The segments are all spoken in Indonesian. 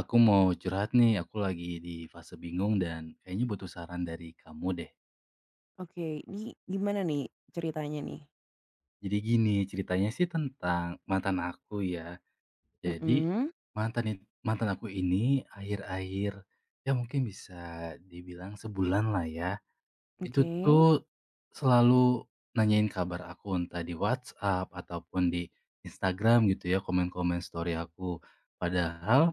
Aku mau curhat nih, aku lagi di fase bingung dan kayaknya butuh saran dari kamu deh. Oke, ini gimana nih ceritanya nih? Jadi gini, ceritanya sih tentang mantan aku ya. Jadi Mhm. mantan aku ini akhir-akhir ya mungkin bisa dibilang sebulan lah ya. Itu Oke. tuh selalu nanyain kabar aku entah di WhatsApp ataupun di Instagram gitu ya, komen-komen story aku. Padahal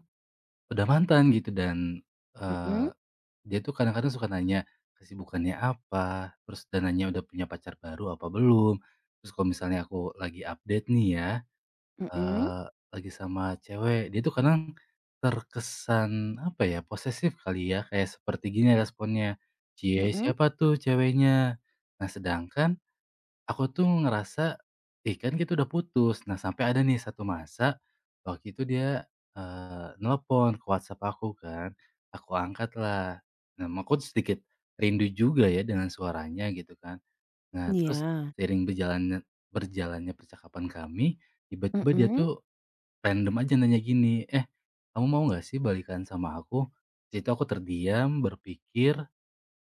udah mantan gitu dan eh, Mhm, dia tuh kadang-kadang suka nanya kesibukannya apa, terus dan nanya udah punya pacar baru apa belum. Terus kalau misalnya aku lagi update nih ya, mhm, eee, lagi sama cewek, dia tuh kadang terkesan, apa ya, posesif kali ya, kayak seperti gini responnya, "Cie, mhm. siapa tuh ceweknya?" Nah sedangkan aku tuh ngerasa, "Ih, kan kita udah putus." Nah, sampai ada nih satu masa waktu itu dia, nelepon ke WhatsApp aku kan, aku angkat lah. Nah, aku tuh sedikit rindu juga ya dengan suaranya gitu kan. Nah, terus Iya. sering berjalannya berjalannya percakapan kami, tiba-tiba dia Mhm. tuh random aja nanya gini, "Eh, kamu mau nggak sih balikan sama aku?" Di situ aku terdiam, berpikir,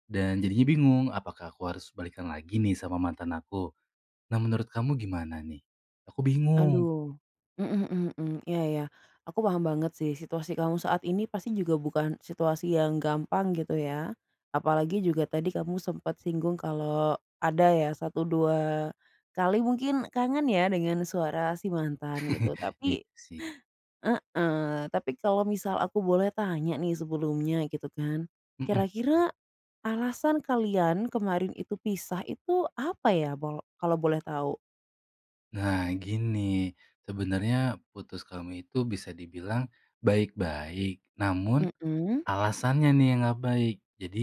dan jadinya bingung, apakah aku harus balikan lagi nih sama mantan aku? Nah, menurut kamu gimana nih? Aku bingung. Aduh. Mhm, mhm, mhm. Iya, iya. Aku paham banget sih situasi kamu saat ini pasti juga bukan situasi yang gampang gitu ya, apalagi juga tadi kamu sempat singgung kalau ada ya satu 2 kali mungkin kangen ya dengan suara si mantan gitu, Iya tapi. sih, Heeh. Tapi kalau misal aku boleh tanya nih sebelumnya gitu kan, mhm. kira-kira alasan kalian kemarin itu pisah itu apa ya kalau boleh tahu? Nah, gini, sebenarnya putus kamu itu bisa dibilang baik-baik, namun Mhm. alasannya nih yang nggak baik. Jadi,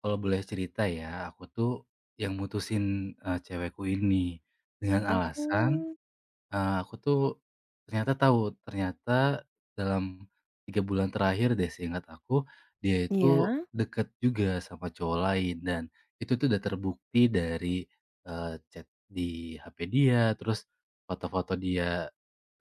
kalau boleh cerita ya, aku tuh yang mutusin, cewekku ini dengan alasan. Oh. Aku tuh ternyata tahu, ternyata dalam 3 bulan terakhir deh seingat aku, dia itu Iya. deket juga sama cowok lain dan itu tuh udah terbukti dari, chat di HP dia, terus foto-foto dia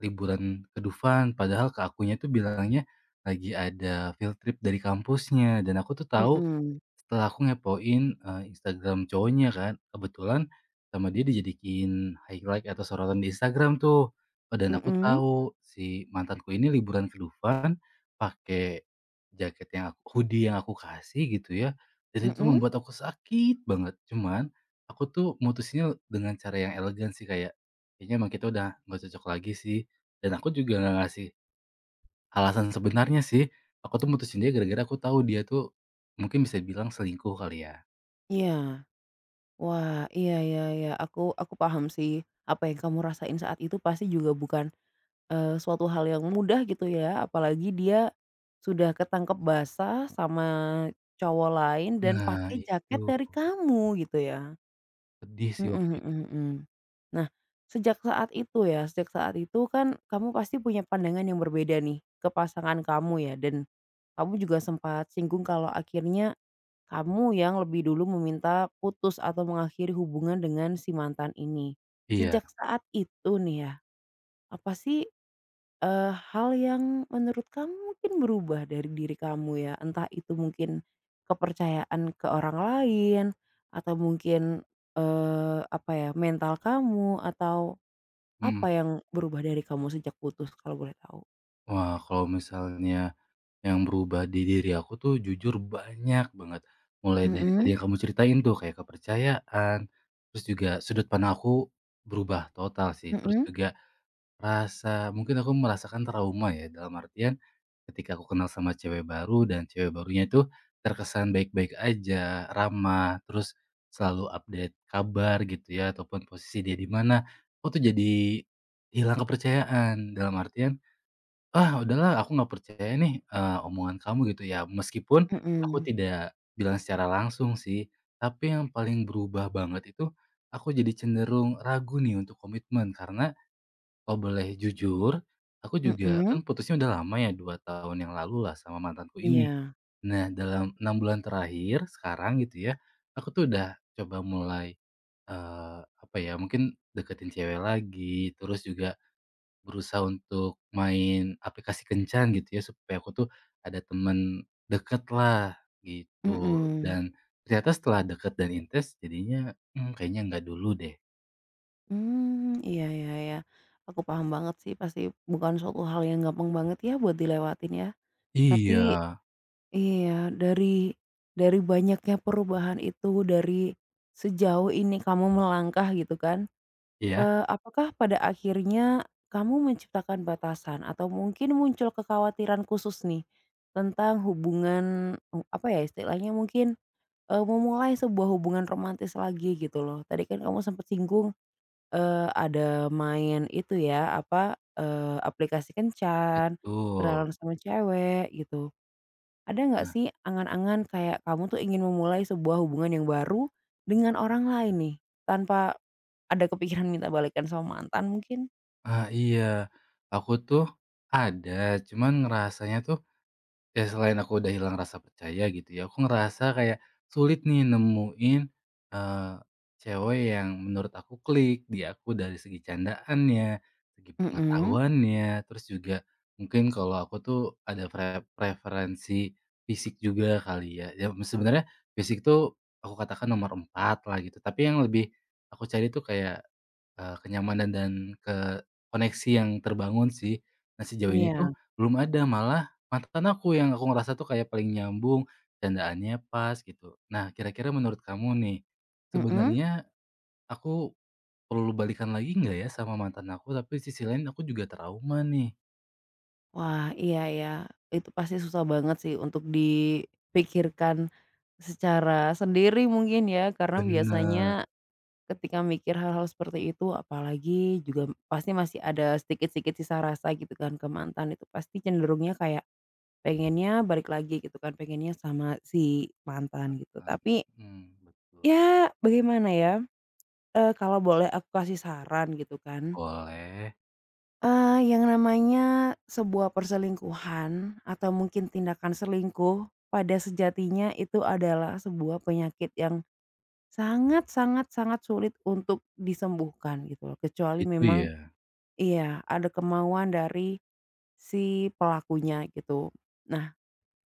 liburan ke Dufan, padahal ke akunya tuh bilangnya lagi ada field trip dari kampusnya dan aku tuh tahu Mhm. setelah aku ngepoin, Instagram cowoknya kan, kebetulan sama dia dijadiin highlight atau sorotan di Instagram tuh. Dan aku Mhm. tahu si mantanku ini liburan ke Dufan pakai jaket yang aku hoodie yang aku kasih gitu ya, dan itu Mhm. membuat aku sakit banget. Cuman aku tuh mutusinnya dengan cara yang elegan sih, kayak, "Kayaknya emang kita udah nggak cocok lagi sih." Dan aku juga nggak ngasih alasan sebenarnya sih, aku tuh mutusin dia gara-gara aku tahu dia tuh mungkin bisa bilang selingkuh kali ya. Iya. Wah, iya, iya, iya, aku paham sih, apa yang kamu rasain saat itu pasti juga bukan suatu hal yang mudah gitu ya, apalagi dia sudah ketangkep basah sama cowok lain dan Nah pakai jaket itu, dari kamu gitu ya. sedih sih Mhm, waktu itu. mhm, mhm. Nah, sejak saat itu ya, sejak saat itu kan kamu pasti punya pandangan yang berbeda nih ke pasangan kamu ya dan kamu juga sempat singgung kalau akhirnya kamu yang lebih dulu meminta putus atau mengakhiri hubungan dengan si mantan ini. Iya, Sejak saat itu nih ya, apa sih Eee, hal yang menurut kamu mungkin berubah dari diri kamu ya, entah itu mungkin kepercayaan ke orang lain atau mungkin, apa ya, mental kamu atau mhm. apa yang berubah dari kamu sejak putus kalau boleh tahu? Wah kalau misalnya yang berubah di diri aku tuh jujur banyak banget. Mulai dari tadi Mhm, yang kamu ceritain tuh kayak kepercayaan, terus juga sudut pandang aku berubah total sih, terus mhm, juga rasa mungkin aku merasakan trauma ya, dalam artian ketika aku kenal sama cewek baru dan cewek barunya itu terkesan baik-baik aja, ramah, terus selalu update kabar gitu ya, ataupun posisi dia di mana, aku tuh jadi hilang kepercayaan. Dalam artian, "Ah, udahlah aku nggak percaya nih, omongan kamu," gitu ya. Meskipun aku mhm, tidak bilang secara langsung sih, tapi yang paling berubah banget itu aku jadi cenderung ragu nih untuk komitmen, karena kalau boleh jujur, aku juga mhm. kan putusnya udah lama ya 2 tahun yang lalu lah sama mantanku ini. Iya. Nah dalam 6 bulan terakhir sekarang gitu ya, aku tuh udah coba mulai, eee, apa ya, mungkin deketin cewek lagi, terus juga berusaha untuk main aplikasi kencan gitu ya, supaya aku tuh ada temen deket lah gitu. Mhm. Dan ternyata setelah deket dan intens jadinya, kayaknya nggak dulu deh. Mmm, iya, iya, iya. Aku paham banget sih, pasti bukan suatu hal yang gampang banget ya buat dilewatin ya. Tapi Iya. iya, dari banyaknya perubahan itu, dari sejauh ini kamu melangkah gitu kan, Iya, apakah pada akhirnya kamu menciptakan batasan atau mungkin muncul kekhawatiran khusus nih, tentang hubungan, apa ya istilahnya mungkin, memulai sebuah hubungan romantis lagi gitu loh. Tadi kan kamu sempat singgung, ada main itu ya, apa, aplikasi kencan, betul. kenalan sama cewek gitu. Ada nggak Nah, sih angan-angan kayak kamu tuh ingin memulai sebuah hubungan yang baru dengan orang lain nih, tanpa ada kepikiran minta balikan sama mantan mungkin? ah, iya. Aku tuh ada, cuman ngerasanya tuh ya selain aku udah hilang rasa percaya gitu ya, aku ngerasa kayak sulit nih nemuin, eee, cewek yang menurut aku klik di aku dari segi candaannya, segi Mhm. pengetahuannya, terus juga mungkin kalau aku tuh ada preferensi fisik juga kali ya. Ya sebenarnya fisik tuh aku katakan nomor 4 lah gitu, tapi yang lebih aku cari tuh kayak kenyamanan dan ke koneksi yang terbangun sih. Nah, sejauh ini Iya. tuh belum ada, malah mantan aku yang aku ngerasa tuh kayak paling nyambung, candaannya pas gitu. Nah, kira-kira menurut kamu nih, Mhm. sebenarnya aku perlu balikan lagi nggak ya sama mantan aku? Tapi di sisi lain aku juga trauma nih. Wah, iya ya, itu pasti susah banget sih untuk dipikirkan secara sendiri mungkin ya, karena Bener, biasanya ketika mikir hal-hal seperti itu, apalagi juga pasti masih ada sedikit-sedikit sisa rasa gitu kan ke mantan, itu pasti cenderungnya kayak pengennya balik lagi gitu kan, pengennya sama si mantan gitu. mantan. Tapi, Mhm, betul. ya bagaimana ya, kalau boleh aku kasih saran gitu kan. Boleh, Yang namanya sebuah perselingkuhan atau mungkin tindakan selingkuh pada sejatinya itu adalah sebuah penyakit yang sangat sangat sangat sulit untuk disembuhkan gitu loh, kecuali gitu memang ya? iya, ada kemauan dari si pelakunya gitu. Nah,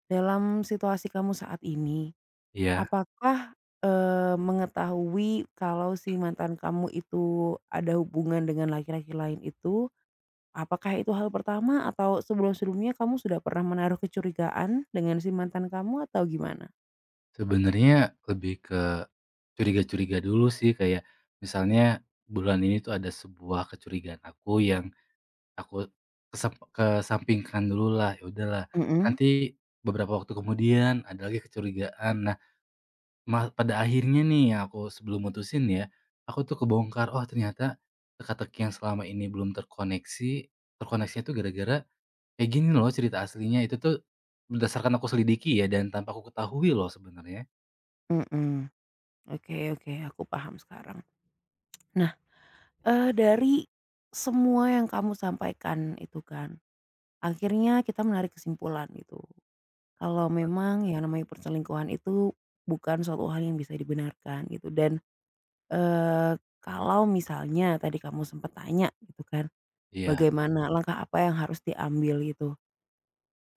dalam situasi kamu saat ini, Iya, apakah, mengetahui kalau si mantan kamu itu ada hubungan dengan laki-laki lain itu. Apakah itu hal pertama atau sebelum-sebelumnya kamu sudah pernah menaruh kecurigaan dengan si mantan kamu atau gimana? sebenarnya lebih curiga-curiga dulu sih kayak misalnya bulan ini tuh ada sebuah kecurigaan aku yang aku kesampingkan dulu lah ya udahlah. Mhm, Nanti beberapa waktu kemudian ada lagi kecurigaan. Nah, pada akhirnya nih yang aku sebelum mutusin ya, aku tuh kebongkar, oh ternyata teka-teki yang selama ini belum terkoneksi, terkoneksinya tuh gara-gara kayak gini loh cerita aslinya. Itu tuh berdasarkan aku selidiki ya dan tanpa aku ketahui loh sebenarnya. mhm. Oke, oke, aku paham sekarang. Nah, dari semua yang kamu sampaikan itu kan, akhirnya kita menarik kesimpulan gitu. Kalau memang yang namanya perselingkuhan itu bukan suatu hal yang bisa dibenarkan gitu dan, eee, kalau misalnya tadi kamu sempat tanya gitu kan, Iya, bagaimana langkah apa yang harus diambil gitu.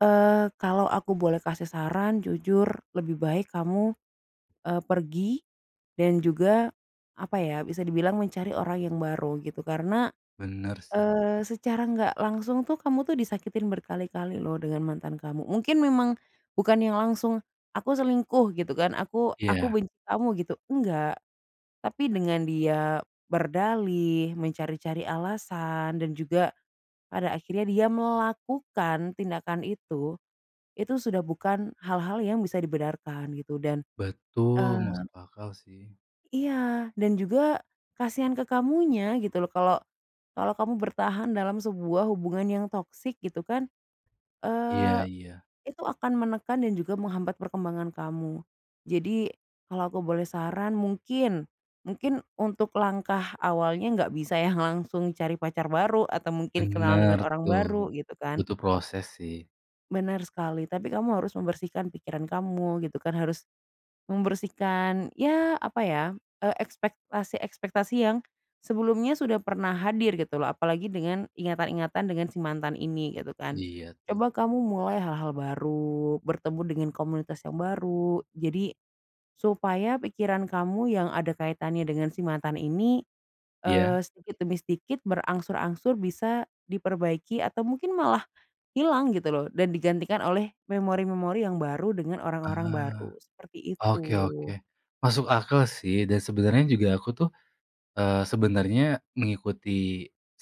Kalau aku boleh kasih saran, jujur lebih baik kamu, pergi dan juga, apa ya, bisa dibilang mencari orang yang baru gitu. Karena, bener sih. Secara nggak langsung tuh kamu tuh disakitin berkali-kali loh dengan mantan kamu. Mungkin memang bukan yang langsung, "Aku selingkuh," gitu kan, "Aku Iya. benci kamu," gitu, enggak. Tapi dengan dia berdalih, mencari-cari alasan, dan juga pada akhirnya dia melakukan tindakan itu sudah bukan hal-hal yang bisa dibenarkan gitu dan, Betul, eee masuk akal sih. iya, dan juga kasihan ke kamunya gitu loh kalau kalau kamu bertahan dalam sebuah hubungan yang toksik gitu kan, Iya eee, iya, itu akan menekan dan juga menghambat perkembangan kamu. Jadi kalau aku boleh saran mungkin mungkin untuk langkah awalnya nggak bisa yang langsung cari pacar baru atau mungkin kenalan bener dengan orang tuh, baru gitu kan. butuh proses sih. Benar sekali, tapi kamu harus membersihkan pikiran kamu gitu kan, harus membersihkan, ya apa ya, ekspektasi-ekspektasi yang sebelumnya sudah pernah hadir gitu loh, apalagi dengan ingatan-ingatan dengan si mantan ini gitu kan. Iya tuh. Coba kamu mulai hal-hal baru, bertemu dengan komunitas yang baru, jadi supaya pikiran kamu yang ada kaitannya dengan si mantan ini, Iya? Sedikit demi sedikit berangsur-angsur bisa diperbaiki atau mungkin malah hilang gitu loh dan digantikan oleh memori-memori yang baru dengan orang-orang Ah, baru, seperti itu. oke oke. Masuk akal sih dan sebenarnya juga aku tuh, sebenarnya mengikuti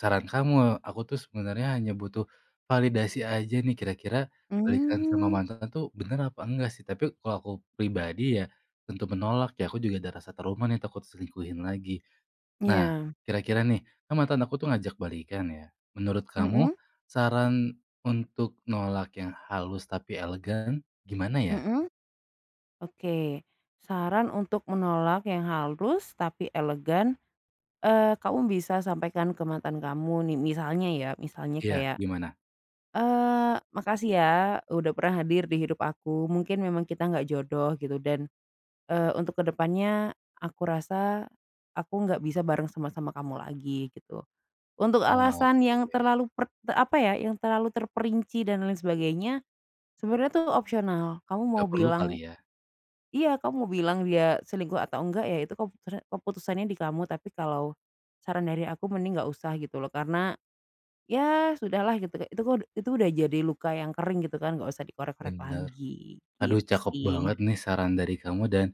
saran kamu, aku tuh sebenarnya hanya butuh validasi aja nih kira-kira balikan sama Mmm, mantan tuh bener apa enggak sih, tapi kalau aku pribadi ya tentu menolak ya, aku juga ada rasa trauma nih takut diselingkuhin lagi. Nah, iya, kira-kira nih, kan mantan aku tuh ngajak balikan ya. Menurut kamu, mhm, saran untuk nolak yang halus tapi elegan gimana ya? mhm, oke. Saran untuk menolak yang halus tapi elegan, kamu bisa sampaikan ke mantan kamu nih misalnya ya, misalnya Iya, kayak, gimana? "Makasih ya udah pernah hadir di hidup aku, mungkin memang kita nggak jodoh gitu dan, untuk ke depannya aku rasa aku nggak bisa bareng sama-sama kamu lagi," gitu. Untuk Ah, alasan ok yang terlalu apa ya, yang terlalu terperinci dan lain sebagainya. Sebenarnya tuh opsional. Kamu mau perlu kali bilang, ya? iya, kamu mau bilang dia selingkuh atau enggak ya itu keputusannya di kamu, tapi kalau saran dari aku mending nggak usah gitu loh, karena ya sudahlah gitu, itu udah jadi luka yang kering gitu kan, nggak usah dikorek-korek Bener. lagi, Aduh gitu cakep sih. banget nih saran dari kamu dan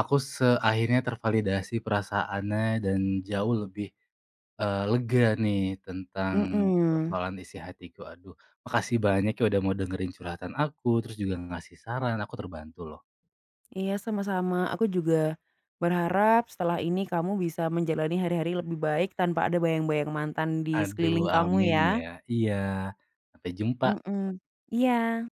aku seakhirnya tervalidasi perasaannya dan jauh lebih, lega nih tentang Mhm, persoalan isi hatiku. Aduh, makasih banyak ya udah mau dengerin curhatan aku, terus juga ngasih saran, aku terbantu loh. iya sama-sama, aku juga berharap setelah ini kamu bisa menjalani hari-hari lebih baik tanpa ada bayang-bayang mantan di Aduh, sekeliling kamu amin ya. ya. Iya. Sampai jumpa, Mhm, iya.